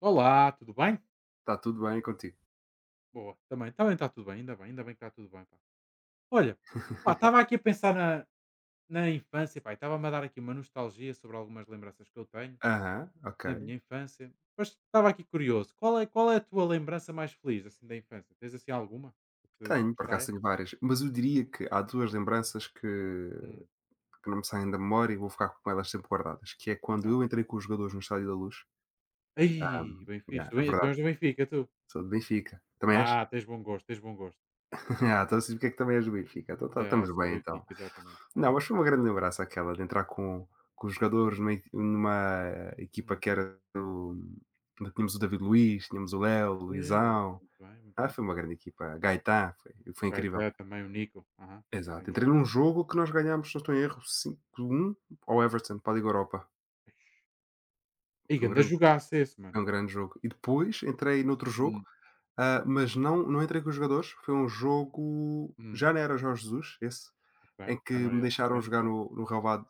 Olá, tudo bem? Está tudo bem contigo? Boa, também está tudo bem, ainda bem, ainda bem que está tudo bem, pá. Olha, pá, estava aqui a pensar na infância, pá, e estava-me a dar aqui uma nostalgia sobre algumas lembranças que eu tenho Aham, ok. da minha infância. Mas estava aqui curioso, qual é a tua lembrança mais feliz, assim, da infância? Tens, assim, alguma que te Tenho, por acaso sobressaia? tenho várias, mas eu diria que há 2 lembranças que Hum, que não me saem da memória e vou ficar com elas sempre guardadas, que é quando então. eu entrei com os jogadores no Estádio da Luz. ah, Ai, bem fixe, yeah, tu, é tu verdade, és do Benfica, tu? sou do Benfica. Também és? Ah, tens bom gosto, tens bom gosto. Ah, então sei porque é que também és do Benfica, então tá, Já estamos sou do bem então. Benfica, exatamente. Não, Aham. mas foi uma grande lembrança aquela de entrar com os jogadores numa equi numa equipa Hum. que era do tínhamos o David Luiz, tínhamos o Léo, o Sei lá, Luizão. muito bem, muito bem. Foi uma grande equipa, Gaetan, foi O incrível. Caetano também, o Nico, aham. Exato, Grande entrei num jogador. jogo que nós ganhámos, se não estou em erro, 5-1 ao Everton, para a Liga Europa. Ei, Foi um ganda grande jogaço esse, mano. Foi um grande jogo. E depois entrei noutro jogo, Hum. Mas não entrei com os jogadores, foi um jogo, Hum, já não era Jorge Jesus esse, ok. em que Já não era me ele, deixaram ok, jogar ok, no relvado,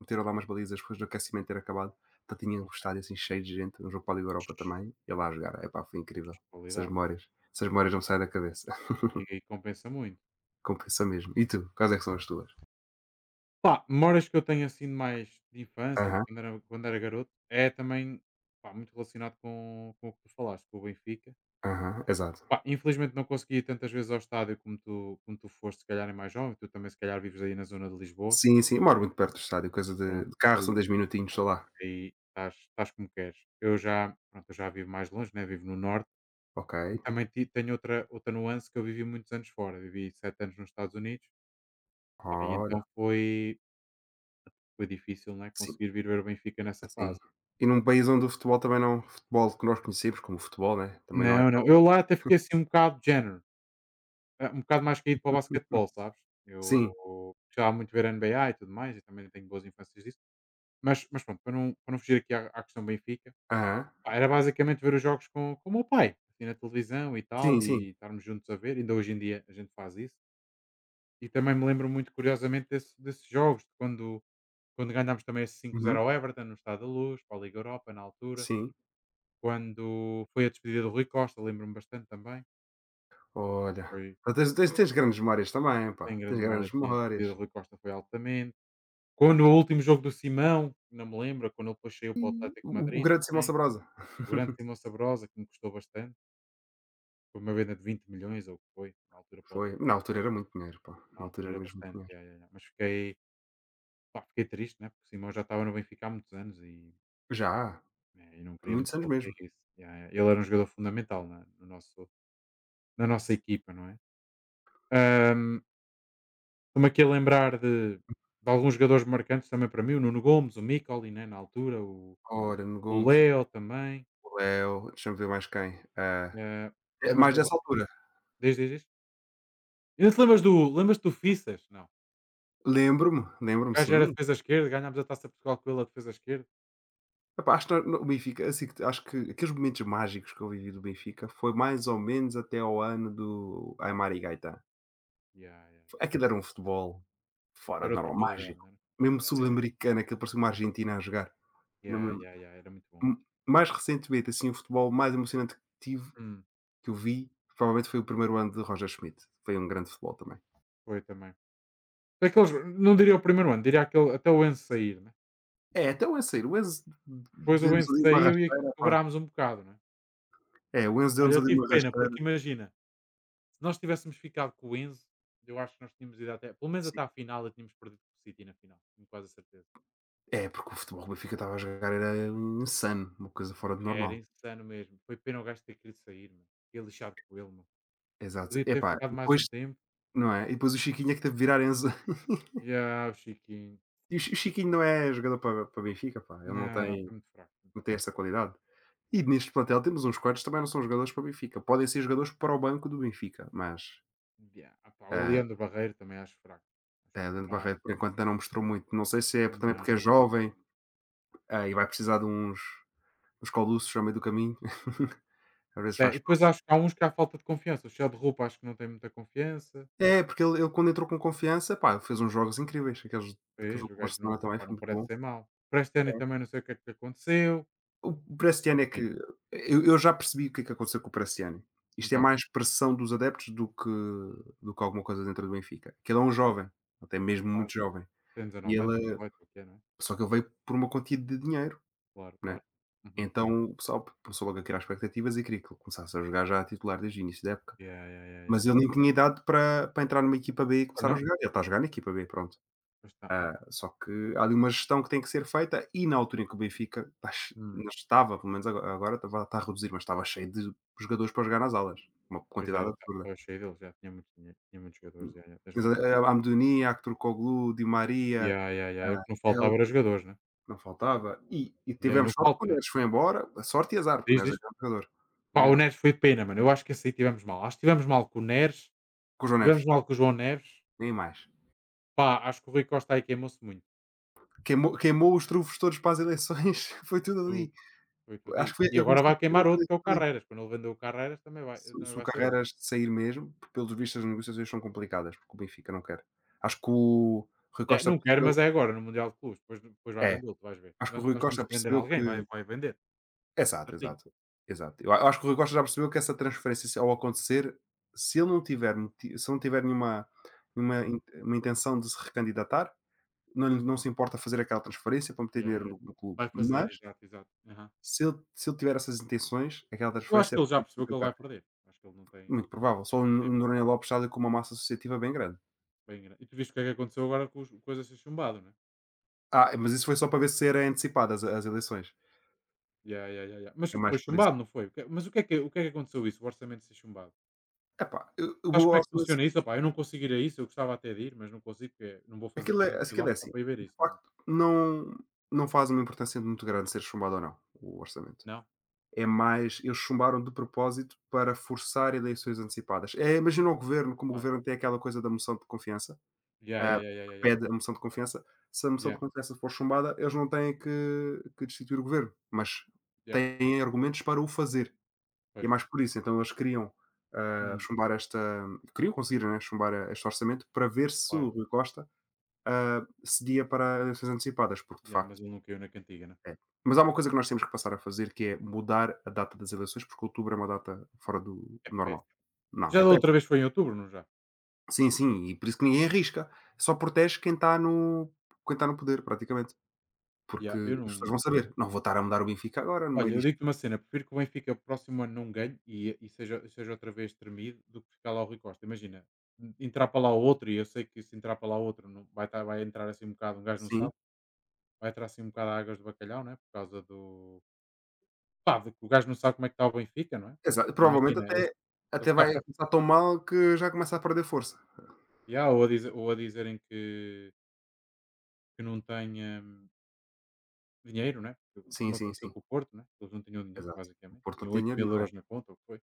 meteram lá umas balizas depois do aquecimento ter acabado, então tinha o ok, estádio, assim, cheio de gente, um jogo para a Liga Europa também. E eu lá a jogar, epá, foi incrível. Essas qualidade. memórias Essas memórias não me saem da cabeça. E aí compensa muito. Compensa mesmo. E tu, quais é que são as tuas? Pá, memórias que eu tenho assim de mais de infância, de Aham, quando era garoto, é também pá, muito relacionado com o que tu falaste, com o Benfica. aham, exato. Pá, infelizmente não consegui ir tantas vezes ao estádio como tu foste, se calhar é mais jovem, tu também se calhar vives aí na zona de Lisboa. Sim, sim, eu moro muito perto do estádio, coisa de Pronto, carro são aí, 10 minutinhos, sei lá. aí estás, estás como queres. Eu já, pronto, eu já vivo mais longe, né? Vivo no norte. Ok, E também ti tenho outra nuance que eu vivi muitos anos fora, vivi 7 anos nos Estados Unidos, pá, e olha, então foi difícil, não é, sim, conseguir vir ver o Benfica nessa sim. fase. E num país onde o futebol também não, futebol que nós conhecemos como futebol, né, também não é Não, não, tão eu lá até fiquei assim um bocado de género, um bocado mais caído para o basquetebol, sabes. Eu sim, gostava muito de ver NBA e tudo mais, e também tenho boas infâncias disso, mas pronto, para não fugir aqui à questão Benfica, aham, pá, era basicamente ver os jogos com o meu pai, assim, na televisão e sim, tal, sim, e estarmos juntos a ver, ainda hoje em dia a gente faz isso. E também me lembro muito curiosamente desses jogos, quando ganhámos também esse 5-0 uhum, ao Everton, no Estado da Luz, para a Liga Europa, na altura. sim, Quando foi a despedida do Rui Costa, lembro-me bastante também. olha, Foi, tu tens tens grandes memórias também pá, tem grande tens memória, grandes sim, a memórias. despedida do Rui Costa foi altamente. Quando o último jogo do Simão, não me lembro, quando ele depois saiu para o Atlético de O Madrid grande Simão também. Sabrosa, O grande Simão Sabrosa, que me custou bastante. Foi uma venda de 20 milhões, ou o que foi, na altura para o foi, na Atlético de altura Madrid. era muito dinheiro pá, Na na altura altura era era mesmo muito bastante, dinheiro. ya, ya, ya. Mas fiquei, pá, fiquei triste, né? Porque o Simão já estava no Benfica há muitos anos e Já, é, e não queríamos muitos que anos ele mesmo. saísse. Yeah, yeah. Ele era um jogador fundamental no nosso, na nossa equipa, não é? Ahm, Estou-me aqui a lembrar de alguns jogadores marcantes também para mim, o Nuno Gomes, o Micoli, né, na altura, o, Ora, no Gomes, Leo também. o Leo, deixa-me ver mais quem, eh, até é mesmo mais dessa altura. diz, diz, diz. Ainda te lembras do Fissas? Não. Lembro-me, O lembro-me gajo era sim. defesa esquerda, ganhámos a taça de Portugal com ele a defesa esquerda. Epá, acho que no Benfica, assim, que acho que aqueles momentos mágicos que eu vivi do Benfica foi mais ou menos até ao ano do Aimar e Gaeta. Yeah, yeah, yeah. Aquilo era um futebol fora Era de normal, outra qualidade, mágico. não era? Mesmo Yeah, era gajo. sul-americano, aquilo parecia uma Argentina a jogar. Não me Yeah, lembro. yeah, yeah, era muito bom, mano. Mais recentemente, assim, o futebol mais emocionante que tive, Hum, que eu vi, provavelmente foi o primeiro ano de Roger Schmidt. Foi um grande futebol também. Foi também. Daqueles, não diria o primeiro ano, diria aquele, até o Enzo sair, né? É, até o Enzo sair. O Enzo Depois o deu-nos Enzo ali uma saiu e aqui rasteira, pá. quebrámos um bocado, não é? É, o Enzo Olha, deu-nos eu ali tive uma pena, rasteira. porque imagina, se nós tivéssemos ficado com o Enzo, eu acho que nós tínhamos ido até, pelo menos Sim. até à final e tínhamos perdido com o City na final, tenho quase a certeza. É, porque o futebol que o Benfica estava a jogar era insano, uma coisa fora de Era normal. insano mesmo. Foi pena o gajo ter querido sair, meu. Fiquei lixado com ele, meu. Exato. Podia ter Epá, ficado e mais um depois, tempo. não é? E depois o Chiquinho é que teve de virar Enzo. Yeah, o Chiquinho. E o Chi o Chiquinho não é jogador para Benfica, pá, ele não Não, não, tem, foi muito fraco, muito não tem fraco. essa qualidade. Não, E neste plantel temos uns quantos que também não são jogadores para o Benfica, podem ser jogadores para o banco do Benfica, mas, não. Yeah. Ah pá, o ah, Leandro Barreiro também acho fraco. Acho muito Leandro fraco. Barreto por enquanto ainda não mostrou muito, não sei se é Não, também não, porque é não. jovem, e vai precisar de uns coluços ao meio do caminho, às vezes É, e faz depois acho que há uns que há falta de confiança. O Chá de roupa acho que não tem muita confiança. é, porque ele quando entrou com confiança, pá, fez uns jogos incríveis, aqueles, aquele Pois, jogo o com o gajo não, Barcelona também pá, foi não muito parece bom. ser mau. Para este ano eu também não sei o que é que lhe aconteceu. O Prestiani é que Enfim, eu já percebi o que é que aconteceu com o Prestiani. Isto é então, mais pressão dos adeptos do que alguma coisa dentro do Benfica, que ele é um jovem, até mesmo muito claro, jovem, tem e 19 anos, ele 18, o que é, não é? só que ele veio por uma quantia de dinheiro, Claro, né, claro. Uhum. então o pessoal começou logo a criar expectativas e queria que ele começasse a jogar já a titular desde o início da época, Yeah, yeah, yeah, yeah, mas yeah. ele nem tinha idade para entrar numa equipa B e Pá, começar a não, jogar, ele está a jogar na equipa B, pronto. pois está. Ah, só que há ali uma gestão que tem que ser feita e na altura em que o Benfica Hum. ainda estava, pelo menos agora estava, está a reduzir, mas estava cheio de jogadores para jogar nas alas, uma Pois quantidade era, absurda. estava cheio dele, já tinha muito dinheiro, tinha muitos jogadores. Yeah, yeah, tens Tens razão. Amdouni, Aktürkoğlu, Di Maria, Yeah, yeah, yeah. O que não faltava era Helder, jogadores, né? não faltava. E E aí tivemos não sorte que o falta, né? Neres foi embora, a sorte e azar, porque o Diz Neres é isto. grande jogador, né? Pá, o Neres foi de pena, mano. Eu acho que esse aí tivemos mal. Acho que tivemos mal com o Neres, Com o João Neves, tivemos mal com o João Neves. nem mais. Pá, acho que o Rui Costa aí queimou-se muito. Queimou, queimou os trufos todos para as eleições, foi tudo ali. Foi tudo aí. Acho que foi, E ele agora começou a vai queimar outro que é o fazer, Carreras. Quando ele vendeu o Carreras também vai, se também se o vai ser outro. Carreras sair mesmo, porque pelos vistos as negociações são complicadas, porque o Benfica não quer. Acho que o Rui É, Costa não quero, percebeu mas é agora, no Mundial de Clubes. Depois vai é, vender outro, vais ver. acho que Nós, o Rui nós temos Costa que vender percebeu que alguém, vai vender. É exato, certinho. exato, exato. Eu a acho que o Rui Costa já percebeu que essa transferência se ao acontecer, se ele não tiver moti se não tiver nenhuma Hum. in uma intenção de se recandidatar, não se importa fazer aquela transferência para meter Yeah, dinheiro yeah. no clube, Vai fazer, mas exato, exato. Aham. Se ele tiver essas intenções, aquela Eu acho transferência é que para ele já fazer com percebeu que que ele ele vai perca. perder. Acho que ele não tem, Muito provável. Só o não N o tem hipótese. Noronha Lopes está ali com uma massa associativa bem grande. Bem grande. E tu viste o que é que aconteceu agora com o coisa ser chumbado, né? Ah, mas isso foi só para ver se era antecipadas as eleições. Yeah, yeah, yeah, yeah. Mas É mais foi por isso. chumbado, não foi? Mas o que é que aconteceu isso? O orçamento ser chumbado? Epá, eu Sabes vou como ao é que silêncio, funciona isso? Opá, eu não consigo isso, eu gostava até de ir, mas não consigo porque não vou fazer 300 aquilo é quilómetros só assim, para ir ver de isso, né? facto não faz uma importância muito grande ser chumbado ou não, o orçamento. Não? É mais eles chumbaram de propósito para forçar eleições antecipadas. É, imagina o governo, como o Claro. governo tem aquela coisa da moção de confiança, Ya, ya, ya, ya, que ya, ya. pede a moção de confiança, se a moção de Ya, confiança for chumbada, eles não têm que destituir o governo, mas ya, têm argumentos para o fazer. E é pois. mais por isso, então eles queriam, Hum, chumbar esta queriam conseguir, né, chumbar a este orçamento para ver se o claro. Rui Costa, cedia para eleições antecipadas, porque de Ya, mas facto ele não caiu na cantiga, né? é. Mas há uma coisa que nós temos que passar a fazer, que é mudar a data das eleições, porque outubro é uma data fora É do normal. péssimo. Não, Já é da outra péssimo. vez foi em outubro, não já? Sim, sim, e por isso que ninguém arrisca. Só protege quem está no poder, praticamente, porque Ya, eu as pessoas vão não. saber: "Não vou estar a mudar o Benfica agora, no Olha, meio eu disto". digo-te uma cena, prefiro que o Benfica o próximo ano não ganhe e seja outra vez tremido do que ficar lá o Rui Costa. Imagina, entrar para lá o outro, e eu sei que se entrar para lá o outro não, vai entrar assim um bocado, um gajo não Sim, sabe, vai entrar assim um bocado a águas de bacalhau, né? Por causa do, pá, de que o gajo não sabe como é que está o Benfica, não é? exato. Provavelmente Imagina, eles até eles cá vai para começar tão mal que já começa a perder força. Ou a dizerem que não têm, hum, dinheiro, né, porque Sim, como sim, aconteceu sim, com o Porto, né, eles não tinham dinheiro exato. O basicamente, Porto não tinham tem oito dinheiro mil nenhum, né. euros na conta ou o que foi,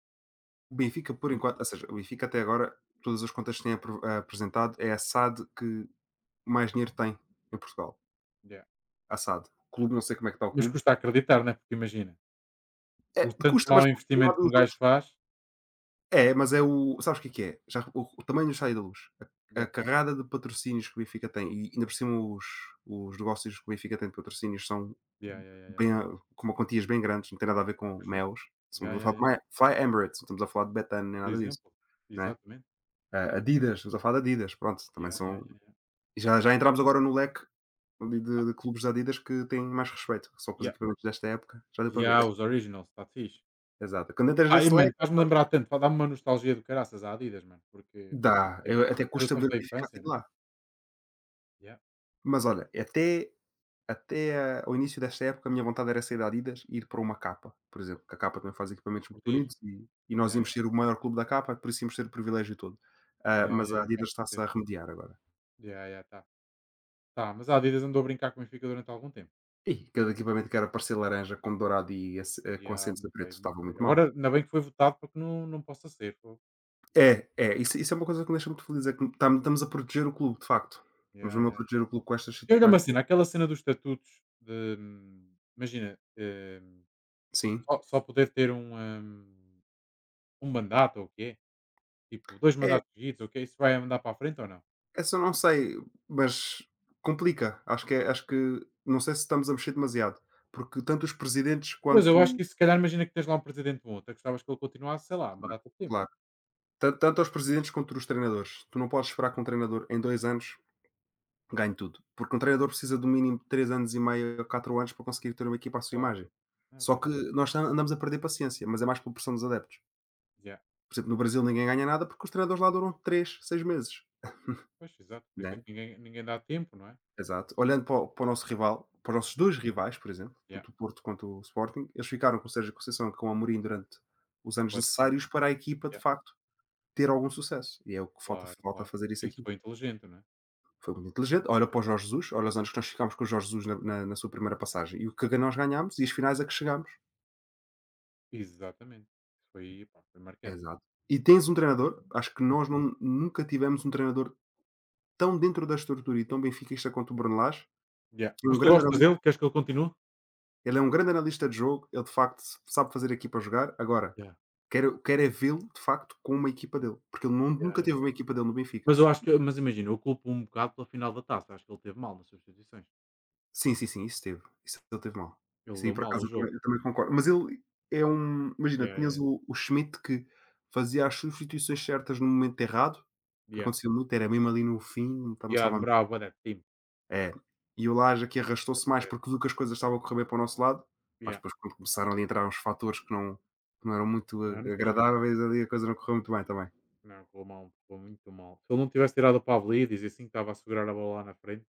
O Benfica, por portanto, enquanto ou seja, o Benfica até agora, todas as contas que tem apresentado, é a SAD que mais dinheiro tem em Portugal, yeah. a SAD. O clube, não sei como é que está o Mas clube. custa acreditar, né, porque imagina, É, com o tanto custa, mas mau por outro lado, investimento que os um gajo faz é, mas é o, sabes o que é que é? Já o tamanho do estádio da Luz, a yeah, carrada de patrocínios que o Benfica tem e ainda por cima os negócios que o Benfica tem de patrocínios são yeah, yeah, yeah, yeah. bem a com uma quantias bem grandes, não tem nada a ver Então, com pois não. melos. Estamos Yeah, a yeah, falar yeah. de Fly Emirates, não estamos a falar de Betano nem Por nada disso, exemplo, né. exatamente. Ah, Adidas, estamos a falar de Adidas, pronto, também Yeah, yeah, são. yeah, yeah. E já, já entramos agora no leque Ah, de clubes da Adidas que têm mais respeito, só com os yeah, equipamentos desta época, já deu para ver. yeah, os originals, está fixe. Exato. Quando entras Pá, e nesse mano, leque, faz-me lembrar tanto, pá, dá-me uma nostalgia do caraças à Adidas, mano, porque, pá, dá. é do Eu, tempo até é do custa tempo ver da a eficácia infância, de né? lá. Yeah, Mas olha, até, até ao início desta época, a minha vontade era sair da Adidas e ir para uma capa, por exemplo, que a capa também faz equipamentos muito curtias. bonitos e nós Yeah, íamos ser o yeah. maior clube da capa, por isso íamos ter o privilégio todo. Ah, Yeah, mas yeah, a yeah, com Adidas está-se a certeza. remediar agora. Yeah, yeah, tá. Tá, mas a Adidas andou a brincar com o Benfica durante algum tempo. Ih, cada equipamento que era para ser laranja com dourado e com Yeah, acentos a muito preto bem, muito estava bem. muito mal. Agora, ainda bem que foi votado para que não possa ser, fogo. É, é, isso é uma coisa que me deixa muito feliz, é que estamos a proteger o clube, de facto. Vamos Yeah, yeah. mesmo a proteger Yeah. o clube com estas E olha situações. uma cena, aquela cena dos estatutos de, imagina, Sim. só poder ter um mandato ou o quê? Tipo, 2 É, mandatos seguidos, ou o que é, isso vai mandar para a frente ou não? essa eu não sei, mas complica. Acho que, acho que não sei se estamos a mexer demasiado, porque tanto os presidentes Pois, eu acho quanto. que isso se calhar imagina que tens lá um presidente bom, até gostavas que ele continuasse, sei lá, uma Claro, data de tempo. claro. Tanto aos presidentes quanto os treinadores. Tu não podes esperar que um treinador em 2 anos ganhe tudo. Porque um treinador precisa do Yeah, mínimo de 3 anos e meio a 4 anos para conseguir ter uma equipa à sua claro. imagem. Não é Só que verdade. nós andamos a perder paciência, mas é mais por pressão dos adeptos. Yeah. Por exemplo, no Brasil ninguém ganha nada porque os treinadores lá duram 3 6 meses. Pois, exato. Por isso é Né? que ninguém dá tempo, não é? Exato. Olhando para para o nosso rival, para os nossos dois rivais, por exemplo, Yeah. tanto o Porto quanto o Sporting, eles ficaram com o Sérgio Conceição e com o Amorim durante os anos Bué da tempo. necessários para a equipa, de Yeah. facto, ter algum sucesso. E é o que falta, Claro, falta claro. fazer isso Isso aqui. foi inteligente, não é? Foi muito inteligente. Olha para o Jorge Jesus, olha os anos que nós ficámos com o Jorge Jesus na sua primeira passagem e o que nós ganhámos e as finais a que chegámos. Exatamente. Isso foi, pá, foi marcante. Exato. E tens um treinador, acho que Hum. nós não- nunca tivemos um treinador tão dentro da estrutura e tão benfiquista quanto o Bruno Lage. Yeah. é um Mas tu grande gostas analista- dele? Queres que ele continue? Ele é um grande analista de jogo, ele de facto sabe fazer a equipa jogar. Agora, Yeah. Quero é vê-lo de facto com uma equipa Hum, dele, porque ele yeah, nunca yeah, teve yeah. uma equipa dele no Benfica. Mas eu acho que mas imagina, eu culpo um bocado pela final da taça, acho que ele teve mal nas substituições. Sim, sim, sim, isso teve. Isso ele teve mal. Ele Isso aí leu por mal o acaso jogo. Eu também concordo. Mas ele é um imagina, Yeah, yeah, tinhas yeah. o Schmidt que fazia as substituições certas no momento errado, que Yeah. acontecia muito, era mesmo ali no fim, Yeah, começava a. demorava bué da tempo. É. E o Laje que É arrastou-se mais porque péssimo. viu que as coisas estavam a correr bem para o nosso lado, mas Yeah. depois quando começaram ali a entrar uns fatores que não eram muito a Não, não fez sentido. agradáveis, ali a coisa não correu muito bem também. Não, correu mal, correu muito mal. Se ele não tivesse tirado o Pavlidis e assim que estava a segurar a bola lá na frente,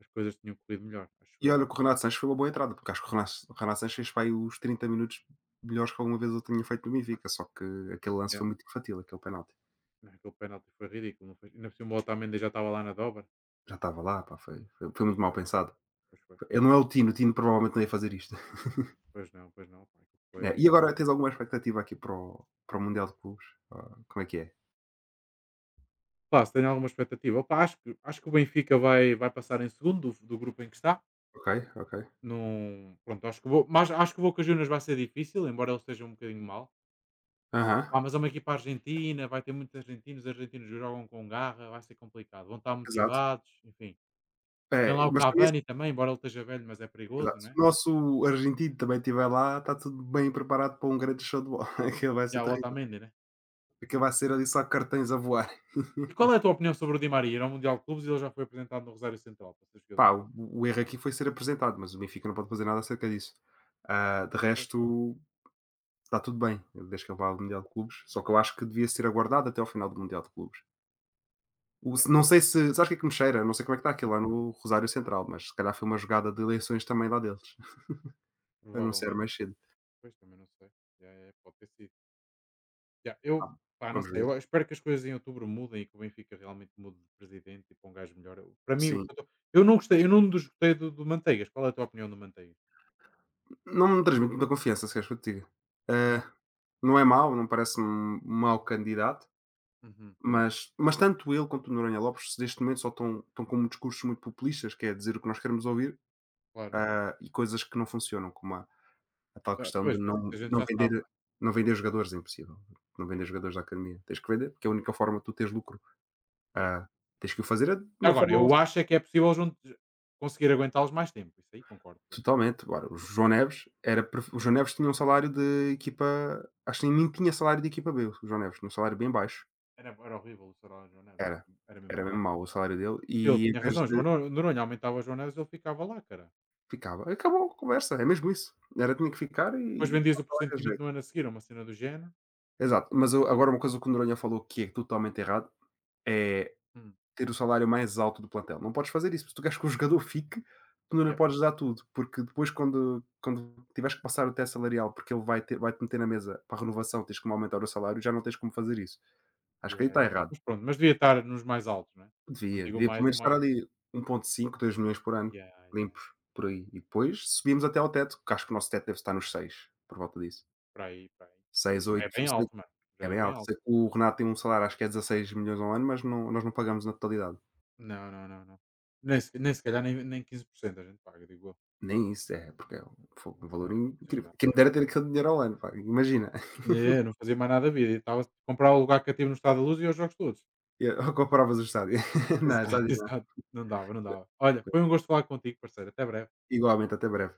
as coisas tinham corrido melhor, acho E eu. olha que o Renato Sanches foi uma boa entrada, porque acho que o Renato Sanches fez para aí os 30 minutos melhores que alguma vez eu tinha feito no Benfica, só que aquele lance Yeah. foi muito infantil, aquele penalti. Não, aquele penalti foi ridículo, não foi? Ainda por cima o Otamendi já estava lá na dobra. Já estava lá, pá, foi muito mal É, pensado. pois foi. Ele não é o Tino provavelmente não ia fazer isto. Pois não, pois não. Pá, aquilo É, foi. e agora tens alguma expectativa aqui para para o Mundial de Clubes? Ah, como é que é? Pá, se tenho alguma expectativa. Opa, acho que o Benfica vai passar em segundo do grupo em que está. Ok, ok. Não, pronto, mas acho que o Boca Juniors vai ser difícil, embora ele esteja um bocadinho mal. Aham, Pá, mas é uma equipa argentina, vai ter muitos argentinos, os argentinos jogam com garra, vai ser complicado, vão estar exato. motivados, enfim. Tem lá É, o mas também se- Cavani também, embora ele esteja velho, mas é exato. perigoso, Se né? o nosso argentino também estiver lá, está tudo bem preparado para um grande show de bola. Aquilo vai E ser há o terrível. Otamendi, né? Aquilo vai ser ali só cartões a voar. E qual é a tua opinião sobre o Di Maria? Ir ao Mundial de Clubes e ele já foi apresentado no Rosário Central para ser jogador. Pá, o erro aqui foi ser apresentado, mas o Benfica não pode fazer nada acerca disso. Ah, de Pois. resto, está tudo bem, desde que ele vá ao Mundial de Clubes. Só que eu acho que devia ser aguardado até ao final do Mundial de Clubes. Yeah. Não sei se. Sabes o que é que me cheira? Não sei como é que está aquilo lá Hum, no Rosário Central, mas se calhar foi uma jogada de eleições também lá deles, a não ser Provavelmente, mais cedo. pois também não sei. Yeah, yeah, pode ter sido. Yeah, eu, Ah, pá, não vamos sei. ver. Eu espero que as coisas em outubro mudem e que o Benfica realmente mude de presidente e para um gajo melhor. Para mim, o Sim. que eu, tô- eu não gostei, eu não desgostei do Manteigas. Qual é a tua opinião do Manteigas? Não me transmite muita confiança, se queres que eu te diga. Não? Ah, não é mau, não parece um mau candidato, Uhum, mas tanto ele quanto o Noronha Lopes, neste momento, só estão com discursos muito populistas, que é dizer o que nós queremos ouvir, claro. ah, e coisas que não funcionam, como a tal Ah, questão de pois, mas isso a gente não já sabe, vender. não é? Não vender jogadores é impossível, não Yeah, vender jogadores da academia. Tens que vender, porque é a única forma de tu teres lucro. yeah. Ah, tens que o fazer é de uma Agora, eu forma acho é que é possível jun conseguir aguentá-los mais tempo, isso aí concordo com ele. totalmente. Ora, o João Neves tinha um salário de equipa, acho que nem tinha salário de equipa B, o João Neves, tinha um salário bem baixo. Era horrível o Sarau e João Neves, Era, era mesmo era mesmo fraco. mau o salário dele. Ele E em tinha vez razão, de João Nor Noronha aumentava o João Neves, ele ficava lá, cara. Ficava. Acabou a conversa, é mesmo isso. Era, tinha que ficar Depois e vendias-o por cento era e vinte no jeito. ano a seguir, uma cena do género. Exato, mas eu agora uma coisa que o Noronha falou que é totalmente errado, é Hum. ter o salário mais alto do plantel. Não podes fazer isso, se tu queres que o jogador fique, tu não lhe Yeah, podes dar tudo, porque depois quando tiveres que passar o teto salarial, porque ele vai ter, vai-te meter na mesa para a renovação, tens que aumentar o salário, já não tens como fazer isso. Acho que yeah, aí está yeah, yeah. errado. Mas pronto, mas devia estar nos mais altos, não é? Não Devia, digo devia pelo mais o menos estar mai ali 1,5 2 milhões por ano, yeah, yeah, yeah, limpos, por aí. E depois subimos até ao teto, que acho que o nosso teto deve estar nos seis, por volta disso. por aí, por aí. Pois Seis, já é oito, bem alto, mano, já é é bem bem alto. alto. Sei que o Renato tem um salário, acho que é 16 milhões ao ano, mas nós não pagamos na totalidade. Não, não, não, não. Nem se calhar nem 15% a gente paga, digo eu. Nem isso, é, porque é um fogo, um Muito valor caro, é muito incrível. exagerado. Quem me dera ter aquele dinheiro ao ano, pá, imagina. É, não fazia mais nada da vida. E estava a comprar o lugar que eu cativo no estado da Luz e ia aos jogos todos. Eu compravas o estádio. Exato, Não, estádio não. exato. Não dava, não dava. Olha, foi um gosto falar contigo, parceiro. Até breve. Igualmente, até breve.